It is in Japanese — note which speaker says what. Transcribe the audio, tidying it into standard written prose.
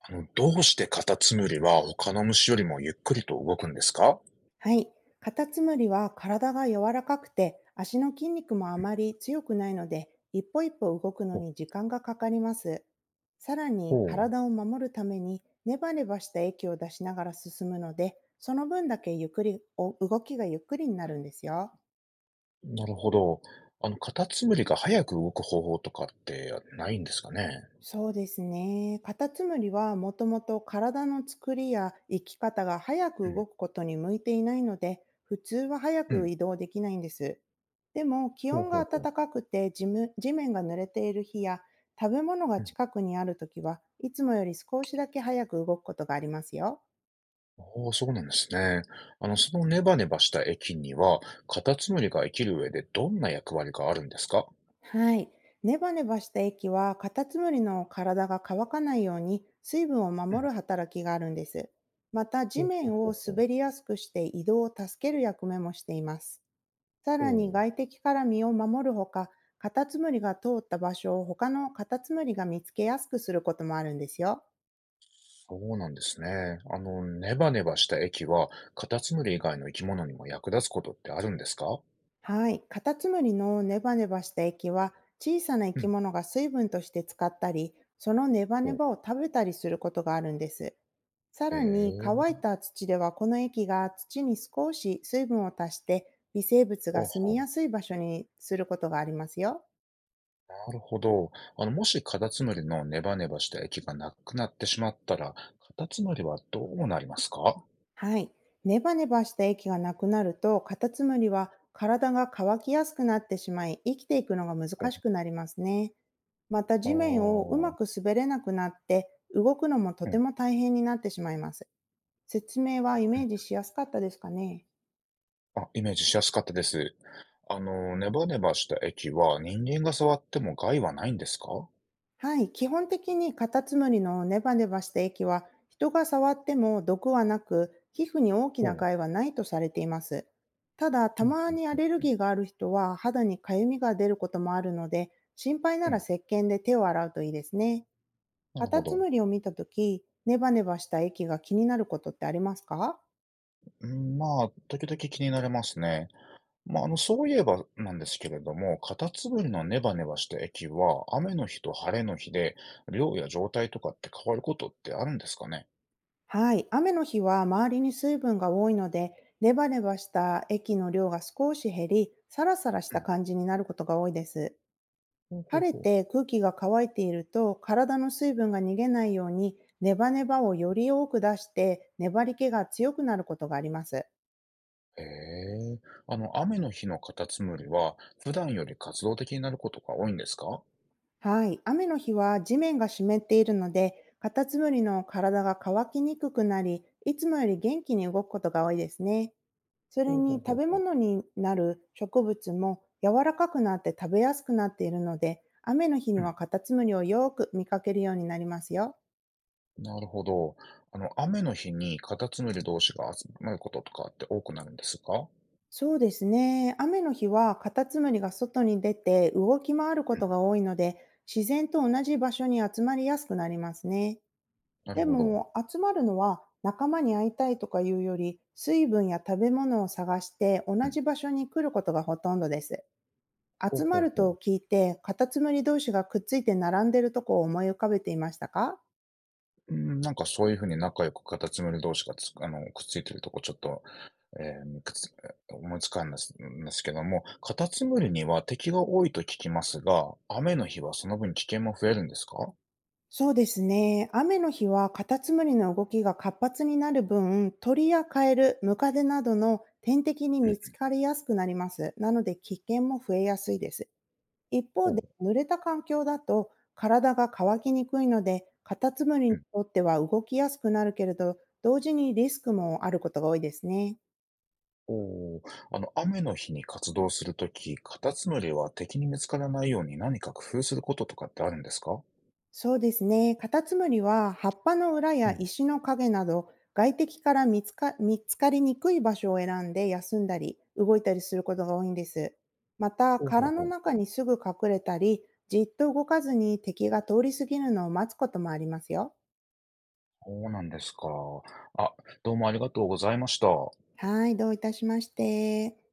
Speaker 1: どうしてカタツムリは他の虫よりもゆっくりと動くんですか？
Speaker 2: はい。カタツムリは体が柔らかくて、足の筋肉もあ
Speaker 1: うん。
Speaker 2: まり強くないので、一歩一歩動くの
Speaker 1: ほ
Speaker 2: に時間がかかります。さらに、
Speaker 1: う、
Speaker 2: 体を守るために、ネバネバした液を出しながら進むので、その分だけゆっくり、お動きがゆっくりになるんですよ。
Speaker 1: なるほど。カタツムリが早く動く方法とかってないんですかね？
Speaker 2: そうですね。カタツムリはもともと体の作りや生き方が早く
Speaker 1: うん。
Speaker 2: 動くことに向いていないので、普通は早
Speaker 1: う
Speaker 2: く
Speaker 1: ん。
Speaker 2: 移動できないんです。でも気
Speaker 1: ほう
Speaker 2: 温
Speaker 1: ほ
Speaker 2: が
Speaker 1: うほう。
Speaker 2: 暖かくて地む地面が濡れている日や、食べ物が
Speaker 1: うん。
Speaker 2: 近くにあるときはいつもより少しだけ早く動くことがありますよ。
Speaker 1: ほう、そうなんですね。そのネバネバした液には、カタツムリが生きる上でどんな役割があるんですか？
Speaker 2: はい。ネバネバした液はカタツムリの体が乾かないように水分を
Speaker 1: う
Speaker 2: 守
Speaker 1: ん。
Speaker 2: る働きがあるんです。また、地
Speaker 1: ほうほ
Speaker 2: 面
Speaker 1: うほ
Speaker 2: を
Speaker 1: うほう。
Speaker 2: 滑りやすくして移動を助ける役目もしています。さ
Speaker 1: お
Speaker 2: らに、
Speaker 1: う。
Speaker 2: 外敵から身を守るほか、カタツムリが通った場所を他のカタツムリが見つけやすくすることもあるんですよ。
Speaker 1: そうなんですね。ネバネバした液は、カタツムリ以外の生き物にも役立つことってあるんですか？
Speaker 2: はい。カタツムリのネバネバした液は、小さな生
Speaker 1: う
Speaker 2: き
Speaker 1: ん。
Speaker 2: 物が水分として使ったり、そのネバネバを食べたりすることがあるんです。さ
Speaker 1: へ
Speaker 2: らに、乾い
Speaker 1: え、
Speaker 2: た土ではこの液が土に少し水分を足して、微生物が
Speaker 1: ほう
Speaker 2: 住み
Speaker 1: ほ
Speaker 2: や
Speaker 1: う。
Speaker 2: すい場所にすることがありますよ。
Speaker 1: なるほど。もしカタツムリのネバネバした液がなくなってしまったら、カタツムリはどうなりますか？
Speaker 2: はい。ネバネバした液がなくなると、カタツムリは体が乾きやすくなってしまい、生きていくのが難しくなりますね。また、
Speaker 1: ほ、
Speaker 2: 地面をうま
Speaker 1: あ
Speaker 2: く
Speaker 1: あ、
Speaker 2: 滑れなくなって、動くのもと
Speaker 1: う
Speaker 2: て
Speaker 1: ん、
Speaker 2: も大変になってしまいます。説明はイ
Speaker 1: う
Speaker 2: メ
Speaker 1: ん。
Speaker 2: ージしやすかったですかね？
Speaker 1: あ、イメージしやすかったです。ネバネバした液は人間が触っても害はないんですか？
Speaker 2: はい、基本的にカタツムリのネバネバした液は人が触っても毒はなく、皮膚に大きな
Speaker 1: ほう。
Speaker 2: 害はないとされています。ただ、た
Speaker 1: うん
Speaker 2: ま
Speaker 1: うん
Speaker 2: にア
Speaker 1: うん
Speaker 2: レル
Speaker 1: うん。
Speaker 2: ギーがある人は肌にかゆみが出ることもあるので、心配な
Speaker 1: う
Speaker 2: ら
Speaker 1: ん、
Speaker 2: 石鹸で手を洗うといいですね。
Speaker 1: な
Speaker 2: カ
Speaker 1: るほ
Speaker 2: タツ
Speaker 1: ど。
Speaker 2: ムリを見たとき、ネバネバした液が気になることってありますか？
Speaker 1: うん、まあ、時々気になりますね。まあ、そういえばなんですけれども、カタツムリのネバネバした液は、雨の日と晴れの日で、量や状態とかって変わることってあるんですかね？
Speaker 2: はい。雨の日は周りに水分が多いので、ネバネバした液の量が少し減り、サラサラし
Speaker 1: う
Speaker 2: た
Speaker 1: ん。
Speaker 2: 感じになることが多いです。
Speaker 1: ほうほう
Speaker 2: 晴れ
Speaker 1: ほう。
Speaker 2: て空気が乾いていると、体の水分が逃げないように、ネバネバをより多く出して、粘り気が強くなることがあります。
Speaker 1: へえ。雨の日のカタツムリは、普段より活動的になることが多いんですか？
Speaker 2: はい。雨の日は地面が湿っているので、カタツムリの体が乾きにくくなり、いつもより元気に動くことが多いですね。それ
Speaker 1: ほう
Speaker 2: に、
Speaker 1: ほうほ
Speaker 2: 食
Speaker 1: う
Speaker 2: べ
Speaker 1: ほう。
Speaker 2: 物になる植物も柔らかくなって食べやすくなっているので、雨の日に
Speaker 1: う
Speaker 2: はカタツムリをよく見かけるようになりますよ。
Speaker 1: ん、なるほど。雨の日にカタツムリ同士が集まることとかって多くなるんですか？
Speaker 2: そうですね。雨の日はカタツムリが外に出て動き回るこ
Speaker 1: う
Speaker 2: と
Speaker 1: ん、
Speaker 2: が多いので、自然と同じ場所に集まりやすくなりますね。
Speaker 1: なる
Speaker 2: で
Speaker 1: ほど。
Speaker 2: も、集まるのは仲間に会いたいとかいうより、水分や食べ物を探して同
Speaker 1: うん。
Speaker 2: じ場所に来ることがほとんどです。
Speaker 1: ほう
Speaker 2: 集ま
Speaker 1: ほう
Speaker 2: る
Speaker 1: ほ
Speaker 2: と
Speaker 1: う。
Speaker 2: 聞いて、カタツムリ同士がくっついて並んでるとこを思い浮かべていましたか？
Speaker 1: うん、なんかそういう風に仲良くカタツムリ同士がつあの、くっついてるとこちょっと、ええ、くつ思いつかんですけども、カタツムリには敵が多いと聞きますが、雨の日はその分危険も増えるんですか？
Speaker 2: そうですね。雨の日はカタツムリの動きが活発になる分、鳥やカエル、ムカデなどの天敵に
Speaker 1: う
Speaker 2: 見つ
Speaker 1: ん、
Speaker 2: かりやすくなります。なので、危険も増えやすいです。一
Speaker 1: お
Speaker 2: 方で、
Speaker 1: う
Speaker 2: 濡れた環境だと体が乾きにくいので、カタツムリ
Speaker 1: う
Speaker 2: に
Speaker 1: ん、
Speaker 2: とっては動きやすくなるけれど、同時にリスクもあることが多いですね。
Speaker 1: おお。雨の日に活動するときカタツムリは敵に見つからないように何か工夫することとかってあるんですか？
Speaker 2: そうですね。カタツムリは葉っぱの裏
Speaker 1: う
Speaker 2: や
Speaker 1: ん、
Speaker 2: 石の影など、外敵から見つか見つかりにくい場所を選んで休んだり動いたりすることが多いんです。また、
Speaker 1: ほうほ
Speaker 2: 殻
Speaker 1: う
Speaker 2: の
Speaker 1: ほう。
Speaker 2: 中にすぐ隠れたり、じっと動かずに敵が通り過ぎるのを待つこともありますよ。
Speaker 1: そうなんですか。あ、どうもありがとうございました。
Speaker 2: はい、どういたしまして。